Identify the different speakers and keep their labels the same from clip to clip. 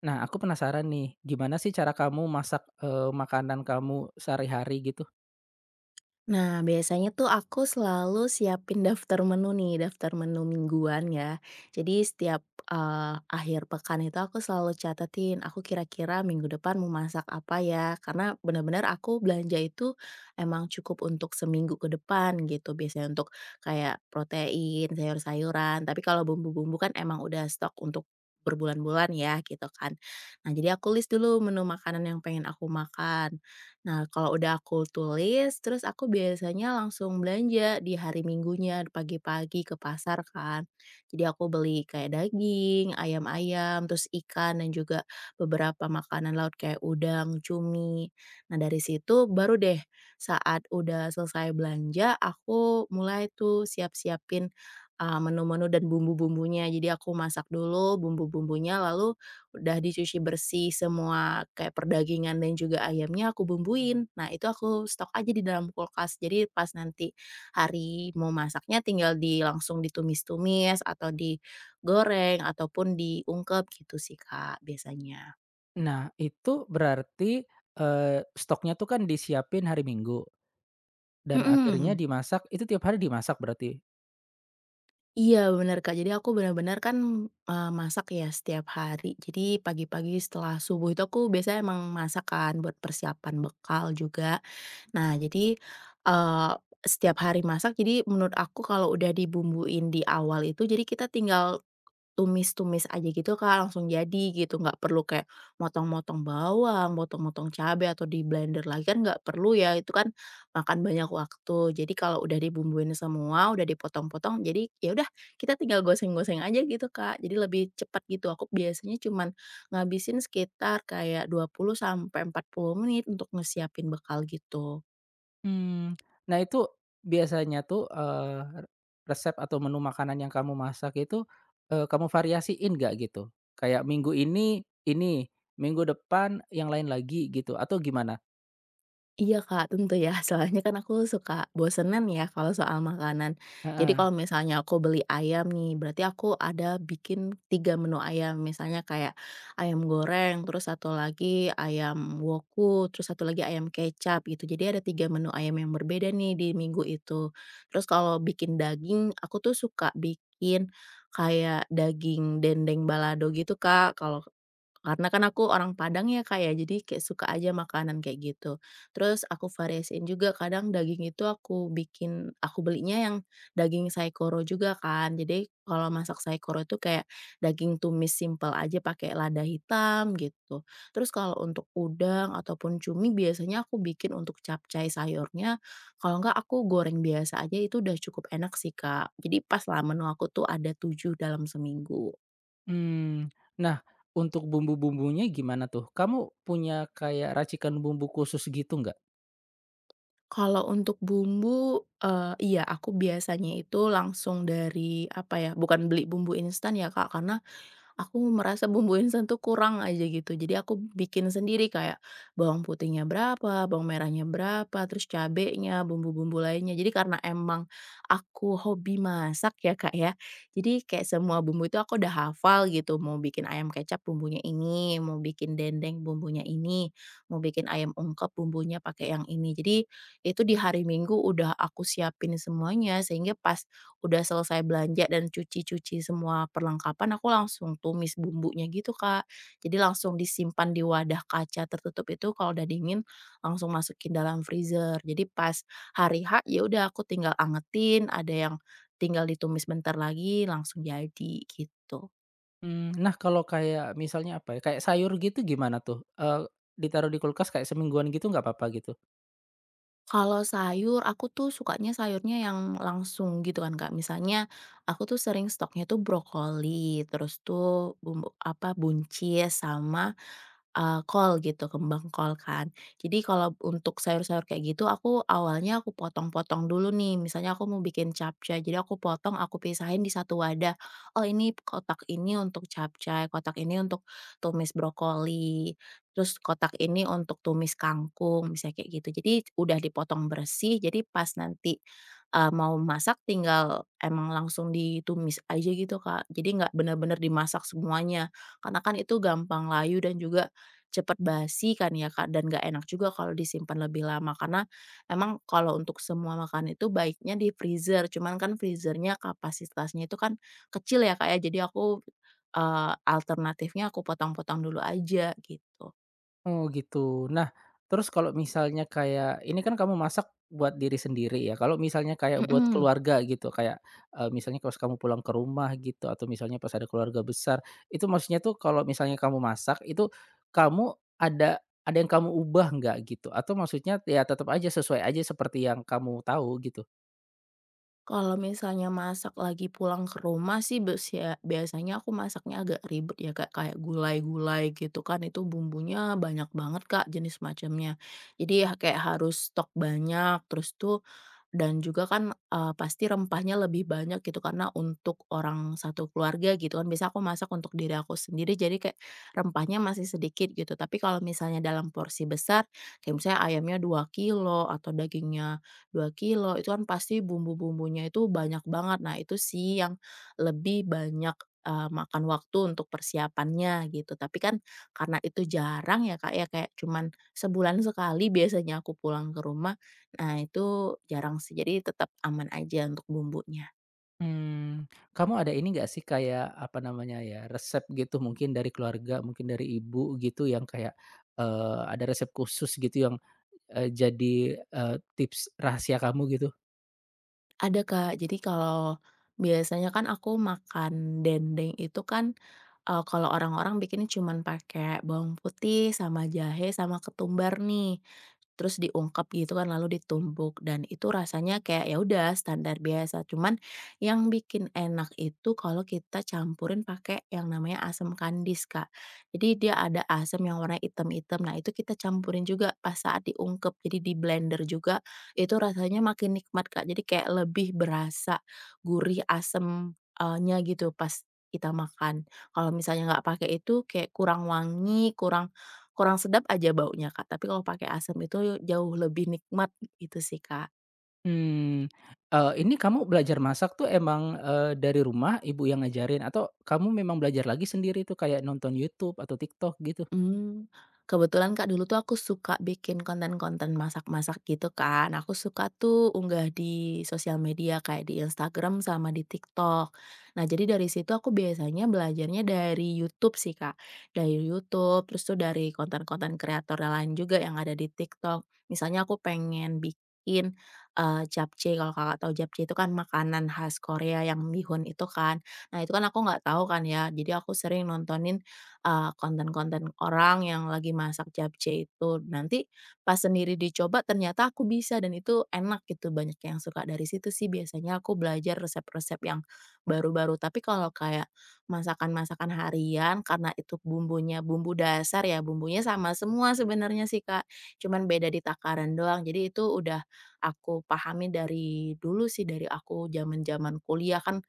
Speaker 1: Nah, aku penasaran nih, gimana sih cara kamu masak, makanan kamu sehari-hari gitu?
Speaker 2: Nah, biasanya tuh aku selalu siapin daftar menu nih, daftar menu mingguan ya. Jadi setiap, akhir pekan itu aku selalu catetin, aku kira-kira minggu depan mau masak apa ya, karena benar-benar aku belanja itu emang cukup untuk seminggu ke depan gitu, biasanya untuk kayak protein, sayur-sayuran, tapi kalau bumbu-bumbu kan emang udah stok untuk berbulan-bulan ya gitu kan. Nah, jadi aku list dulu menu makanan yang pengen aku makan. Nah, kalau udah aku tulis, terus aku biasanya langsung belanja di hari Minggunya pagi-pagi ke pasar kan. Jadi aku beli kayak daging, ayam-ayam, terus ikan dan juga beberapa makanan laut kayak udang, cumi. Nah, dari situ baru deh saat udah selesai belanja, aku mulai tuh siap-siapin, menu-menu dan bumbu-bumbunya. Jadi aku masak dulu bumbu-bumbunya lalu udah dicuci bersih semua kayak perdagingan dan juga ayamnya aku bumbuin. Nah, itu aku stok aja di dalam kulkas. Jadi pas nanti hari mau masaknya tinggal langsung ditumis-tumis atau digoreng ataupun diungkep gitu sih, Kak, biasanya.
Speaker 1: Nah, itu berarti, stoknya tuh kan disiapin hari Minggu dan akhirnya
Speaker 2: Mhm.
Speaker 1: dimasak, itu tiap hari dimasak berarti?
Speaker 2: Iya bener, Kak. Jadi aku benar-benar kan, masak ya setiap hari. Jadi pagi-pagi setelah subuh itu aku biasanya emang masak kan buat persiapan bekal juga. Nah, jadi, eee, setiap hari masak, jadi menurut aku kalau udah dibumbuin di awal itu, jadi kita tinggal tumis-tumis aja gitu, Kak, langsung jadi gitu, nggak perlu kayak motong-motong bawang, motong-motong cabai atau di-blender lagi, kan nggak perlu ya, itu kan makan banyak waktu. Jadi kalau udah dibumbuin semua, udah dipotong-potong, jadi ya udah kita tinggal goseng-goseng aja gitu, Kak, jadi lebih cepat gitu. Aku biasanya cuman ngabisin sekitar kayak 20 sampai 40 menit untuk ngesiapin bekal gitu.
Speaker 1: Hmm. Nah itu biasanya tuh, resep atau menu makanan yang kamu masak itu, kamu variasiin nggak gitu? Kayak minggu ini, minggu depan yang lain lagi gitu atau gimana?
Speaker 2: Iya Kak, tentu ya, soalnya kan aku suka bosenan ya kalau soal makanan. Jadi kalau
Speaker 1: Heeh.
Speaker 2: misalnya aku beli ayam nih, berarti aku ada bikin 3 menu ayam, misalnya kayak ayam goreng, terus satu lagi ayam woku, terus satu lagi ayam kecap gitu. Jadi ada 3 menu ayam yang berbeda nih di minggu itu. Terus kalau bikin daging, aku tuh suka bikin kayak daging dendeng balado gitu Kak, karena kan aku orang Padang ya, Kak, ya, jadi kayak suka aja makanan kayak gitu. Terus aku variasiin juga kadang daging itu aku belinya yang daging saikoro juga kan. Jadi kalau masak saikoro itu kayak daging tumis simple aja pakai lada hitam gitu. Terus kalau untuk udang ataupun cumi biasanya aku bikin untuk capcay sayurnya, kalau enggak aku goreng biasa aja itu udah cukup enak sih, Kak. Jadi pas lah menu aku tuh ada 7 dalam seminggu.
Speaker 1: Mmm, nah untuk bumbu-bumbunya gimana tuh? Kamu punya kayak racikan bumbu khusus gitu nggak?
Speaker 2: Kalau untuk bumbu, iya aku biasanya itu langsung dari apa ya, bukan beli bumbu instan ya Kak, karena aku merasa bumbu instan tuh kurang aja gitu. Jadi aku bikin sendiri kayak bawang putihnya berapa, bawang merahnya berapa, terus cabenya, bumbu-bumbu lainnya. Jadi karena emang aku hobi masak ya, Kak, ya. Jadi kayak semua bumbu itu aku udah hafal gitu. Mau bikin ayam kecap bumbunya ini, mau bikin dendeng bumbunya ini, mau bikin ayam ungkep bumbunya pakai yang ini. Jadi itu di hari Minggu udah aku siapin semuanya sehingga pas udah selesai belanja dan cuci-cuci semua perlengkapan, aku langsung tumis bumbunya gitu, Kak. Jadi langsung disimpan di wadah kaca tertutup itu kalau udah dingin langsung masukin dalam freezer. Jadi pas hari H, ya udah aku tinggal angetin, ada yang tinggal ditumis bentar lagi langsung jadi, gitu.
Speaker 1: Mmm, nah kalau kayak misalnya apa ya, kayak sayur gitu gimana tuh? Eee, ditaruh di kulkas kayak semingguan gitu nggak apa-apa gitu?
Speaker 2: Kalau sayur, aku tuh sukanya sayurnya yang langsung gitu kan, Kak. Misalnya aku tuh sering stoknya tuh brokoli, terus tuh bumbu apa, buncis sama, kol gitu, kembang kol kan. Jadi kalau untuk sayur-sayur kayak gitu, aku awalnya aku potong-potong dulu nih. Misalnya aku mau bikin capcay, jadi aku potong, aku pisahin di satu wadah. Oh, ini kotak ini untuk capcay, kotak ini untuk tumis brokoli. Terus kotak ini untuk tumis kangkung, misalnya kayak gitu. Jadi udah dipotong bersih, jadi pas nanti, mau masak tinggal emang langsung ditumis aja gitu, Kak. Jadi nggak benar-benar dimasak semuanya, karena kan itu gampang layu dan juga cepet basi kan ya, Kak, dan nggak enak juga kalau disimpan lebih lama. Karena emang kalau untuk semua makan itu baiknya di freezer, cuman kan freezernya kapasitasnya itu kan kecil ya, Kak, ya. Jadi aku, alternatifnya aku potong-potong dulu aja gitu.
Speaker 1: Oh gitu. Nah, terus kalau misalnya kayak ini kan kamu masak buat diri sendiri ya, kalau misalnya kayak buat
Speaker 2: Mhm.
Speaker 1: keluarga gitu, kayak, misalnya pas kamu pulang ke rumah gitu atau misalnya pas ada keluarga besar, itu maksudnya tuh kalau misalnya kamu masak itu, kamu ada yang kamu ubah nggak gitu? Atau maksudnya ya tetap aja sesuai aja seperti yang kamu tahu gitu?
Speaker 2: Kalau misalnya masak lagi pulang ke rumah sih biasanya aku masaknya agak ribet ya Kak, kayak gulai-gulai gitu kan itu bumbunya banyak banget Kak, jenis macamnya. Jadi ya kayak harus stok banyak, terus tuh. Dan juga kan, pasti rempahnya lebih banyak gitu karena untuk orang satu keluarga gitu kan, biasa aku masak untuk diri aku sendiri jadi kayak rempahnya masih sedikit gitu. Tapi kalau misalnya dalam porsi besar, kayak misalnya ayamnya 2 kilo atau dagingnya 2 kilo itu kan pasti bumbu-bumbunya itu banyak banget. Nah itu sih yang lebih banyak, makan waktu untuk persiapannya gitu. Tapi kan karena itu jarang ya Kak ya, kayak cuman sebulan sekali biasanya aku pulang ke rumah. Nah itu jarang sih, jadi tetap aman aja untuk bumbunya.
Speaker 1: Mmm, kamu ada ini nggak sih kayak, apa namanya ya, resep gitu mungkin dari keluarga, mungkin dari ibu gitu yang kayak, ada resep khusus gitu yang, eee, jadi, tips rahasia kamu gitu?
Speaker 2: Ada Kak, jadi kalau biasanya kan aku makan dendeng itu kan, kalau orang-orang bikinnya cuman pakai bawang putih sama jahe sama ketumbar nih, terus diungkep gitu kan lalu ditumbuk dan itu rasanya kayak ya udah standar biasa. Cuman yang bikin enak itu kalau kita campurin pakai yang namanya asam kandis Kak. Jadi dia ada asam yang warna hitam-hitam, nah itu kita campurin juga pas saat diungkep, jadi di-blender juga itu rasanya makin nikmat, Kak. Jadi kayak lebih berasa gurih, asemnya gitu pas kita makan. Kalau misalnya nggak pakai itu kayak kurang wangi, kurang kurang sedap aja baunya, Kak. Tapi kalau pakai asam itu jauh lebih nikmat, itu sih, Kak.
Speaker 1: Mmm, ini kamu belajar masak tuh emang, dari rumah ibu yang ngajarin atau kamu memang belajar lagi sendiri tuh kayak nonton YouTube atau TikTok gitu?
Speaker 2: Mmm, kebetulan Kak, dulu tuh aku suka bikin konten-konten masak-masak gitu kan. Aku suka tuh unggah di sosial media kayak di Instagram sama di TikTok. Nah, jadi dari situ aku biasanya belajarnya dari YouTube sih, Kak. Dari YouTube, terus tuh dari konten-konten kreator lain juga yang ada di TikTok. Misalnya aku pengen bikin, japchae, kalau Kakak tahu japchae itu kan makanan khas Korea yang bihun itu kan. Nah, itu kan aku nggak tahu kan ya, jadi aku sering nontonin konten-konten orang yang lagi masak japchae itu. Nanti pas sendiri dicoba ternyata aku bisa dan itu enak gitu, banyak yang suka. Dari situ sih biasanya aku belajar resep-resep yang baru-baru. Tapi kalau kayak masakan-masakan harian karena itu bumbunya bumbu dasar ya, bumbunya sama semua sebenarnya sih, Kak, cuman beda di takaran doang. Jadi itu udah aku pahami dari dulu sih, dari aku zaman-zaman kuliah kan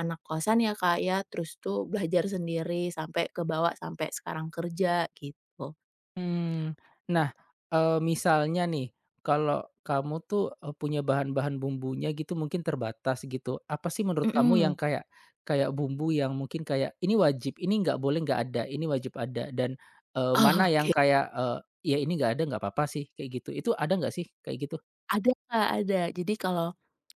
Speaker 2: anak kosan ya, Kak, ya, terus tuh belajar sendiri sampai kebawa sampai sekarang kerja gitu.
Speaker 1: Mmm, nah, misalnya nih, kalau kamu tuh, punya bahan-bahan bumbunya gitu mungkin terbatas gitu, apa sih menurut kamu yang
Speaker 2: Mhm,
Speaker 1: kayak kayak bumbu yang mungkin kayak ini wajib, ini nggak boleh nggak ada, ini wajib ada, dan, mana yang
Speaker 2: oke.
Speaker 1: kayak, ya ini nggak ada nggak apa-apa sih, kayak gitu. Itu ada nggak sih kayak gitu?
Speaker 2: Ada Kak, ada. Jadi kalau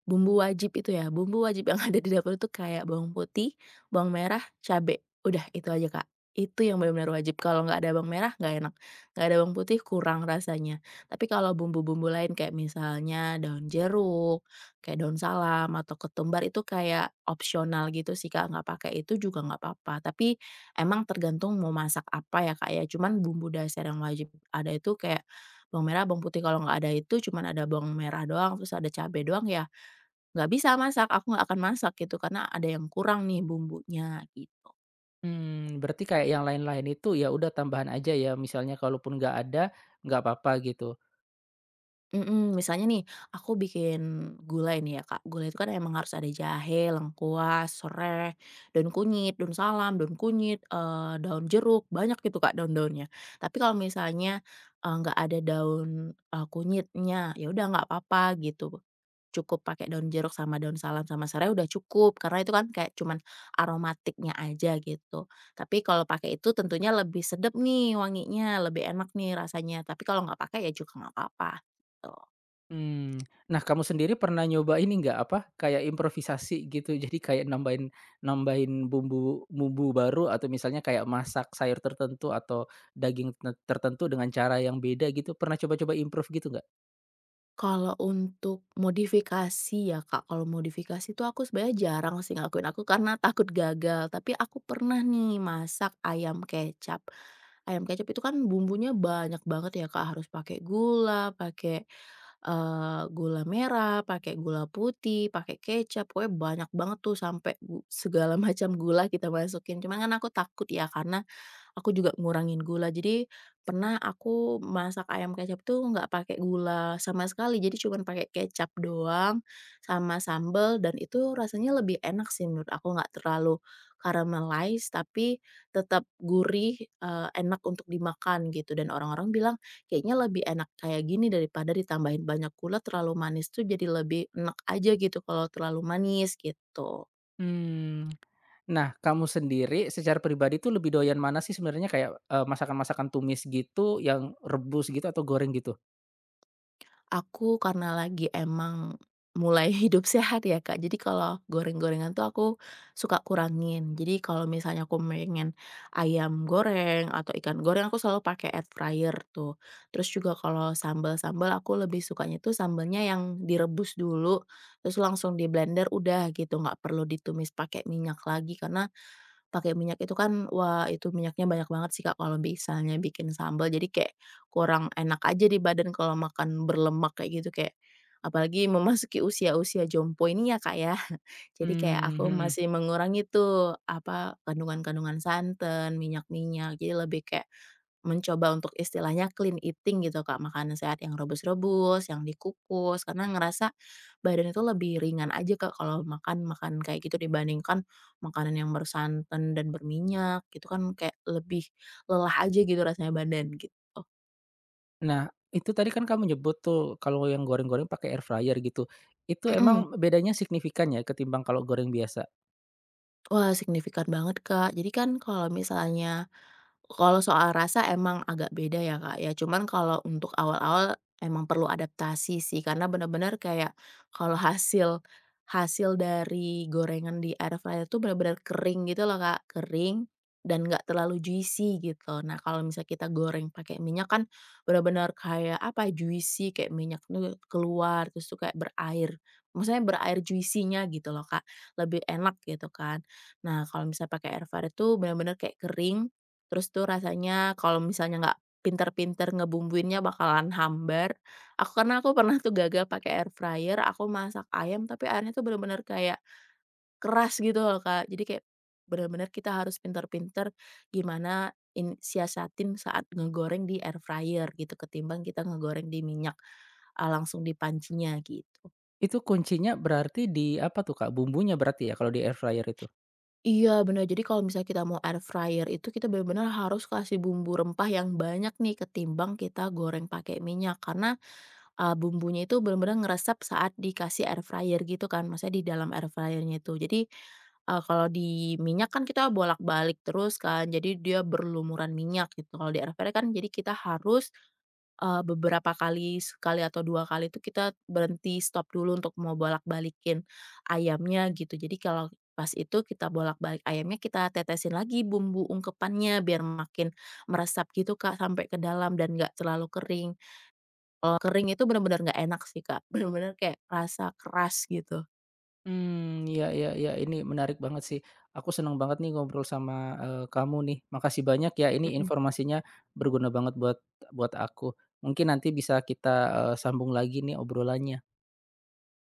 Speaker 2: bumbu wajib itu ya, bumbu wajib yang ada di dapur itu kayak bawang putih, bawang merah, cabe, udah itu aja Kak. Itu yang benar-benar wajib, kalau nggak ada bawang merah nggak enak, nggak ada bawang putih kurang rasanya. Tapi kalau bumbu-bumbu lain kayak misalnya daun jeruk, kayak daun salam atau ketumbar itu kayak opsional gitu sih Kak, nggak pakai itu juga nggak apa-apa. Tapi emang tergantung mau masak apa ya Kak ya, cuman bumbu dasar yang wajib ada itu kayak bawang merah, bawang putih kalau nggak ada itu cuman ada bawang merah doang terus ada cabe doang ya nggak bisa masak, aku nggak akan masak gitu karena ada yang kurang nih bumbunya gitu.
Speaker 1: Mmm, berarti kayak yang lain-lain itu ya udah tambahan aja ya, misalnya kalaupun nggak ada, nggak apa-apa gitu?
Speaker 2: Mhm, misalnya nih aku bikin gulai nih ya Kak, gulai itu kan emang harus ada jahe, lengkuas, sereh, daun kunyit, daun salam, daun kunyit, daun jeruk, banyak gitu Kak daun-daunnya. Tapi kalau misalnya, nggak ada daun, kunyitnya ya udah nggak apa-apa gitu. Cukup pakai daun jeruk sama daun salam sama serai udah cukup, karena itu kan kayak cuman aromatiknya aja gitu. Tapi kalau pakai itu tentunya lebih sedep nih wanginya, lebih enak nih rasanya, tapi kalau nggak pakai ya juga nggak apa-apa, gitu.
Speaker 1: Mmm, nah kamu sendiri pernah nyoba ini nggak, apa, kayak improvisasi gitu? Jadi kayak nambahin nambahin bumbu bumbu baru atau misalnya kayak masak sayur tertentu atau daging tertentu dengan cara yang beda gitu, pernah coba-coba improve gitu nggak?
Speaker 2: Kalau untuk modifikasi ya, Kak, kalau modifikasi tuh aku sebenarnya jarang sih ngelakuin aku karena takut gagal, tapi aku pernah nih masak ayam kecap. Ayam kecap itu kan bumbunya banyak banget ya, Kak, harus pakai gula, pakai, gula merah, pakai gula putih, pakai kecap, pokoknya banyak banget tuh sampai segala macam gula kita masukin. Cuman kan aku takut ya karena aku juga ngurangin gula. Jadi pernah aku masak ayam kecap tuh nggak pakai gula sama sekali, jadi cuman pakai kecap doang sama sambel dan itu rasanya lebih enak sih menurut aku, nggak terlalu caramelize tapi tetap gurih, enak untuk dimakan gitu dan orang-orang bilang, "Kayaknya lebih enak kayak gini daripada ditambahin banyak gula terlalu manis tuh jadi lebih enak aja gitu kalau terlalu manis," gitu.
Speaker 1: Mmm, nah kamu sendiri secara pribadi tuh lebih doyan mana sih sebenarnya kayak, masakan-masakan tumis gitu yang rebus gitu atau goreng gitu?
Speaker 2: Aku karena lagi emang mulai hidup sehat ya, Kak, jadi kalau goreng-gorengan tuh aku suka kurangin. Jadi kalau misalnya aku pengen ayam goreng atau ikan goreng, aku selalu pakai air fryer tuh. Terus juga kalau sambel-sambel, aku lebih sukanya tuh sambelnya yang direbus dulu, terus langsung di blender udah gitu, nggak perlu ditumis pakai minyak lagi karena pakai minyak itu kan, wah itu minyaknya banyak banget sih Kak, kalau misalnya bikin sambal. Jadi kayak kurang enak aja di badan kalau makan berlemak kayak gitu, kayak apalagi memasuki usia-usia jompo ini ya Kak ya. Jadi kayak
Speaker 1: Mmm,
Speaker 2: aku
Speaker 1: mhm.
Speaker 2: masih mengurangi tuh, apa, kandungan-kandungan santan, minyak-minyak, jadi lebih kayak mencoba untuk istilahnya clean eating gitu Kak, makanan sehat yang rebus-rebus, yang dikukus, karena ngerasa badan itu lebih ringan aja Kak kalau makan makan kayak gitu dibandingkan makanan yang bersantan dan berminyak gitu kan kayak lebih lelah aja gitu rasanya badan gitu.
Speaker 1: Nah, itu tadi kan kamu nyebut tuh kalau yang goreng-goreng pakai air fryer gitu. Itu
Speaker 2: Mhm.
Speaker 1: emang bedanya signifikan ya ketimbang kalau goreng biasa?
Speaker 2: Wah, signifikan banget, Kak. Jadi kan kalau misalnya soal rasa emang agak beda ya, Kak, ya. Cuman kalau untuk awal-awal emang perlu adaptasi sih, karena benar-benar kayak kalau hasil hasil dari gorengan di air fryer tuh benar-benar kering gitu loh, Kak, kering dan nggak terlalu juicy gitu. Nah, kalau misalnya kita goreng pakai minyak kan benar-benar kayak apa, juicy, kayak minyak tuh keluar, terus tuh kayak berair. Maksudnya berair juicy-nya gitu loh, Kak, lebih enak gitu kan. Nah, kalau misalnya pakai air fryer tuh benar-benar kayak kering, terus tuh rasanya kalau misalnya nggak pinter-pinter ngebumbuinnya bakalan hambar. Aku karena aku pernah tuh gagal pakai air fryer, aku masak ayam tapi airnya tuh benar-benar kayak keras gitu loh, Kak. Jadi kayak benar-benar kita harus pinter-pinter gimana siasatin saat ngegoreng di air fryer gitu, ketimbang kita ngegoreng di minyak, langsung di pancinya, gitu.
Speaker 1: Itu kuncinya berarti di apa tuh, Kak? Bumbunya berarti ya kalau di air fryer itu?
Speaker 2: Iya benar. Jadi kalau misalnya kita mau air fryer itu kita benar-benar harus kasih bumbu rempah yang banyak nih ketimbang kita goreng pakai minyak. Karena, bumbunya itu benar-benar ngeresap saat dikasih air fryer gitu kan, maksudnya di dalam air fryernya itu. Jadi, kalau di minyak kan kita bolak-balik terus kan, jadi dia berlumuran minyak gitu. Kalau di air fryer kan jadi kita harus beberapa kali, sekali atau 2 kali itu kita berhenti, stop dulu untuk mau bolak-balikin ayamnya gitu. Jadi kalau pas itu kita bolak-balik ayamnya, kita tetesin lagi bumbu ungkepannya biar makin meresap gitu, Kak, sampai ke dalam dan nggak terlalu kering. Kalau kering itu benar-benar nggak enak sih, Kak, benar-benar kayak rasa keras gitu.
Speaker 1: Hmm, ya ya ya ini menarik banget sih. Aku senang banget nih ngobrol sama, kamu nih. Makasih banyak ya, ini
Speaker 2: Mhm.
Speaker 1: informasinya berguna banget buat buat aku. Mungkin nanti bisa kita, sambung lagi nih obrolannya.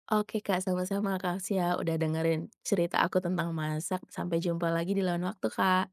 Speaker 2: Oke, Kak, sama-sama, Kak, Sia, udah dengerin cerita aku tentang masak. Sampai jumpa lagi di lain waktu, Kak.